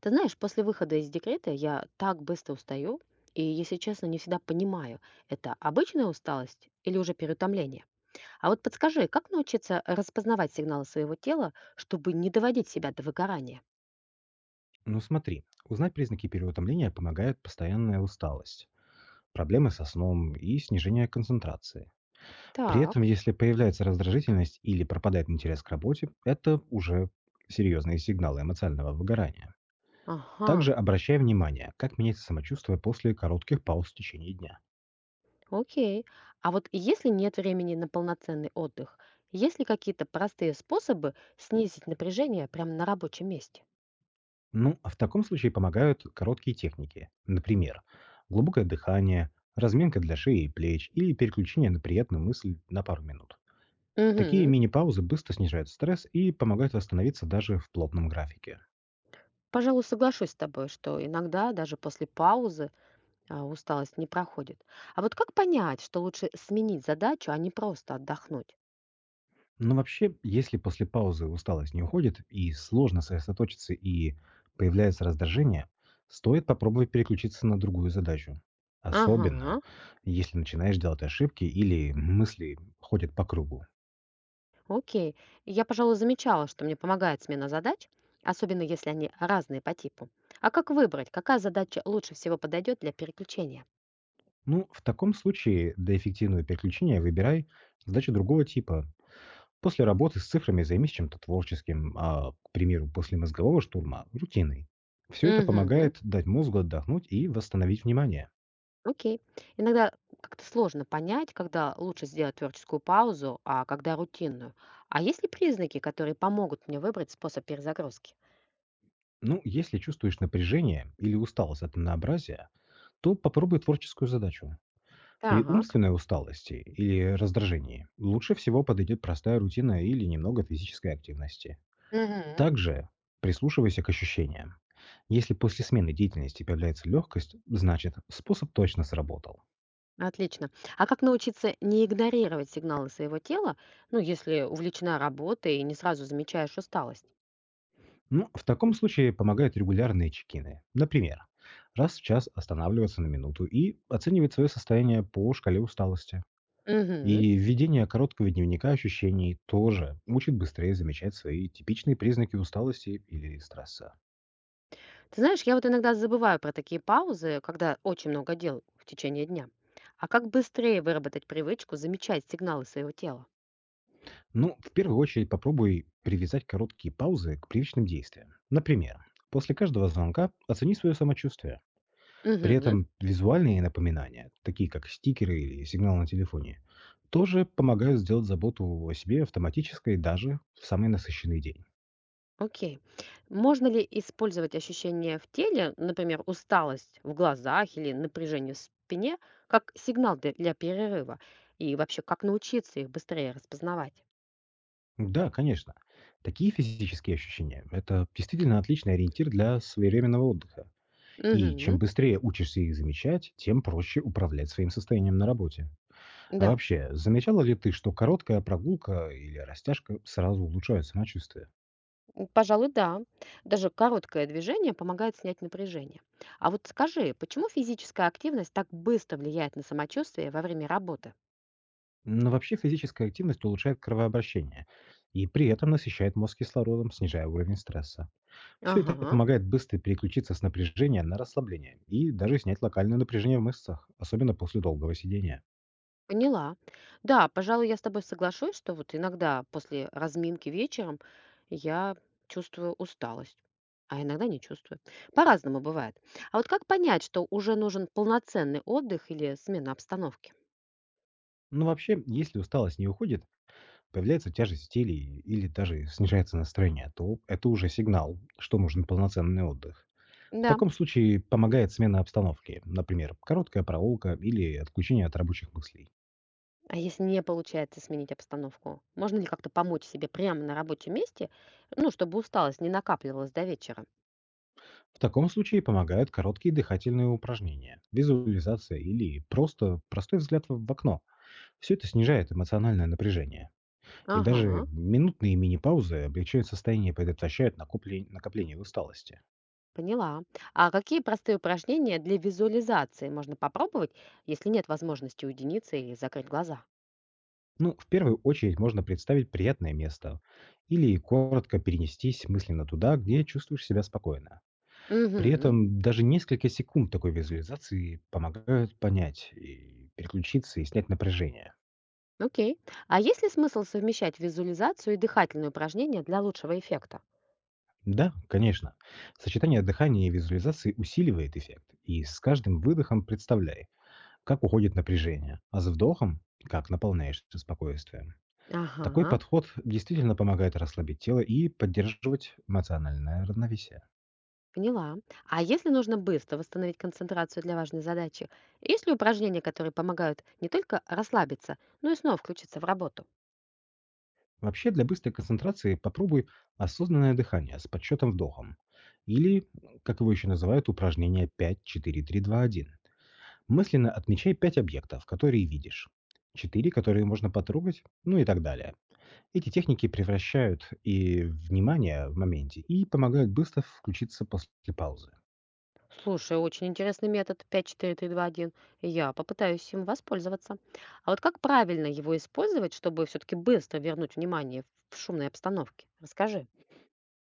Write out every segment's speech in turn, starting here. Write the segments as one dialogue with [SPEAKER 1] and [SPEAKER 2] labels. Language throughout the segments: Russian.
[SPEAKER 1] Ты знаешь, после выхода из декрета я так быстро устаю, и, если честно, не всегда понимаю, это обычная усталость или уже переутомление. А вот подскажи, как научиться распознавать сигналы своего тела, чтобы не доводить себя до выгорания?
[SPEAKER 2] Ну смотри, узнать признаки переутомления помогает постоянная усталость, проблемы со сном и снижение концентрации. При этом,
[SPEAKER 1] Так,
[SPEAKER 2] если появляется раздражительность или пропадает интерес к работе, это уже серьезные сигналы эмоционального выгорания.
[SPEAKER 1] ага,
[SPEAKER 2] Также обращай внимание, как меняется самочувствие после коротких пауз в течение дня.
[SPEAKER 1] окей. А вот если нет времени на полноценный отдых, есть ли какие-то простые способы снизить напряжение прямо на рабочем месте?
[SPEAKER 2] Ну, а в таком случае помогают короткие техники. Например, глубокое дыхание, разминка для шеи и плеч или переключение на приятную мысль на пару минут. Такие
[SPEAKER 1] Угу.
[SPEAKER 2] мини-паузы быстро снижают стресс и помогают восстановиться даже в плотном графике.
[SPEAKER 1] Пожалуй, соглашусь с тобой, что иногда даже после паузы усталость не проходит. А вот как понять, что лучше сменить задачу, а не просто отдохнуть?
[SPEAKER 2] Но вообще, если после паузы усталость не уходит и сложно сосредоточиться и появляется раздражение, стоит попробовать переключиться на другую задачу. Особенно,
[SPEAKER 1] Ага,
[SPEAKER 2] если начинаешь делать ошибки или мысли ходят по кругу.
[SPEAKER 1] окей. Я, пожалуй, замечала, что мне помогает смена задач, особенно если они разные по типу. А как выбрать, какая задача лучше всего подойдет для переключения?
[SPEAKER 2] Ну, в таком случае для эффективного переключения выбирай задачу другого типа. После работы с цифрами займись чем-то творческим, а, к примеру, после мозгового штурма — рутиной. Все это
[SPEAKER 1] Угу,
[SPEAKER 2] помогает дать мозгу отдохнуть и восстановить внимание.
[SPEAKER 1] окей. Иногда как-то сложно понять, когда лучше сделать творческую паузу, а когда рутинную. А есть ли признаки, которые помогут мне выбрать способ перезагрузки?
[SPEAKER 2] Ну, если чувствуешь напряжение или усталость от однообразия, то попробуй творческую задачу. При
[SPEAKER 1] Так.
[SPEAKER 2] умственной усталости или раздражении лучше всего подойдет простая рутина или немного физической активности.
[SPEAKER 1] Мгм.
[SPEAKER 2] Также прислушивайся к ощущениям. Если после смены деятельности появляется легкость, значит способ точно сработал.
[SPEAKER 1] Отлично. А как научиться не игнорировать сигналы своего тела, ну, если увлечена работой и не сразу замечаешь усталость?
[SPEAKER 2] Ну, в таком случае помогают регулярные чекины. Например, раз в час останавливаться на минуту и оценивать свое состояние по шкале усталости.
[SPEAKER 1] Мгм.
[SPEAKER 2] И введение короткого дневника ощущений тоже учит быстрее замечать свои типичные признаки усталости или стресса.
[SPEAKER 1] Ты знаешь, я вот иногда забываю про такие паузы, когда очень много дел в течение дня. А как быстрее выработать привычку замечать сигналы своего тела?
[SPEAKER 2] Ну, в первую очередь попробуй привязать короткие паузы к привычным действиям. Например, после каждого звонка оцени свое самочувствие. При
[SPEAKER 1] Угу.
[SPEAKER 2] этом визуальные напоминания, такие как стикеры или сигнал на телефоне, тоже помогают сделать заботу о себе автоматической даже в самый насыщенный день.
[SPEAKER 1] Окей. Можно ли использовать ощущения в теле, например, усталость в глазах или напряжение в спине, как сигнал для перерыва? И вообще, как научиться их быстрее распознавать?
[SPEAKER 2] Да, конечно. Такие физические ощущения — это действительно отличный ориентир для своевременного отдыха. И чем
[SPEAKER 1] Мгм.
[SPEAKER 2] быстрее учишься их замечать, тем проще управлять своим состоянием на работе. А
[SPEAKER 1] Да,
[SPEAKER 2] вообще, замечала ли ты, что короткая прогулка или растяжка сразу улучшают самочувствие?
[SPEAKER 1] пожалуй, да. Даже короткое движение помогает снять напряжение. А вот скажи, почему физическая активность так быстро влияет на самочувствие во время работы?
[SPEAKER 2] Но вообще физическая активность улучшает кровообращение и при этом насыщает мозг кислородом, снижая уровень стресса. Все это
[SPEAKER 1] Ага,
[SPEAKER 2] помогает быстро переключиться с напряжения на расслабление и даже снять локальное напряжение в мышцах, особенно после долгого сидения.
[SPEAKER 1] поняла. Да, пожалуй, я с тобой соглашусь, что вот иногда после разминки вечером я чувствую усталость, а иногда не чувствую. По-разному бывает. А вот как понять, что уже нужен полноценный отдых или смена обстановки?
[SPEAKER 2] Но вообще, если усталость не уходит, появляется тяжесть в теле и- или даже снижается настроение, то это уже сигнал, что нужен полноценный отдых. В
[SPEAKER 1] Да.
[SPEAKER 2] таком случае помогает смена обстановки, например, короткая прогулка или отключение от рабочих мыслей.
[SPEAKER 1] А если не получается сменить обстановку, можно ли как-то помочь себе прямо на рабочем месте, ну, чтобы усталость не накапливалась до вечера?
[SPEAKER 2] В таком случае помогают короткие дыхательные упражнения, визуализация или просто простой взгляд в окно. Все это снижает эмоциональное напряжение. И даже
[SPEAKER 1] Ага,
[SPEAKER 2] минутные мини-паузы облегчают состояние и предотвращают накопление усталости.
[SPEAKER 1] поняла. А какие простые упражнения для визуализации можно попробовать, если нет возможности уединиться или закрыть глаза?
[SPEAKER 2] Ну, в первую очередь можно представить приятное место или коротко перенестись мысленно туда, где чувствуешь себя спокойно. При
[SPEAKER 1] Угу,
[SPEAKER 2] этом даже несколько секунд такой визуализации помогают понять и переключиться и снять напряжение.
[SPEAKER 1] окей. А есть ли смысл совмещать визуализацию и дыхательные упражнения для лучшего эффекта?
[SPEAKER 2] Да, конечно. Сочетание дыхания и визуализации усиливает эффект. И с каждым выдохом представляй, как уходит напряжение, а с вдохом, как наполняешься спокойствием. Такой
[SPEAKER 1] Ага.
[SPEAKER 2] подход действительно помогает расслабить тело и поддерживать эмоциональное равновесие.
[SPEAKER 1] Поняла. А если нужно быстро восстановить концентрацию для важной задачи, есть ли упражнения, которые помогают не только расслабиться, но и снова включиться в работу?
[SPEAKER 2] Вообще, для быстрой концентрации попробуй осознанное дыхание с подсчетом вдохом. Или, как его еще называют, упражнение пять-четыре-три-два-один. Мысленно отмечай пять объектов, которые видишь. Четыре, которые можно потрогать, ну и так далее. Эти техники превращают и внимание в моменте, и помогают быстро включиться после паузы.
[SPEAKER 1] Слушай, очень интересный метод 5-4-3-2-1. Я попытаюсь им воспользоваться. А вот как правильно его использовать, чтобы все-таки быстро вернуть внимание в шумной обстановке? Расскажи.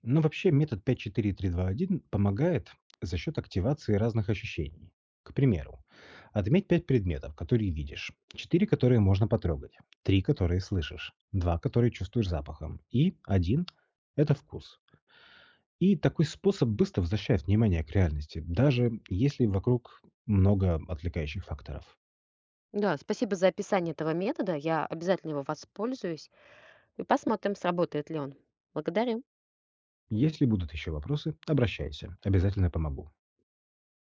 [SPEAKER 2] Но вообще метод 5-4-3-2-1 помогает за счет активации разных ощущений. К примеру, отметь пять предметов, которые видишь, четыре, которые можно потрогать, три, которые слышишь, два, которые чувствуешь запахом, и один — это вкус. И такой способ быстро возвращает внимание к реальности, даже если вокруг много отвлекающих факторов.
[SPEAKER 1] Да, спасибо за описание этого метода. Я обязательно его воспользуюсь и посмотрим, сработает ли он. Благодарю.
[SPEAKER 2] Если будут еще вопросы, обращайся, обязательно помогу.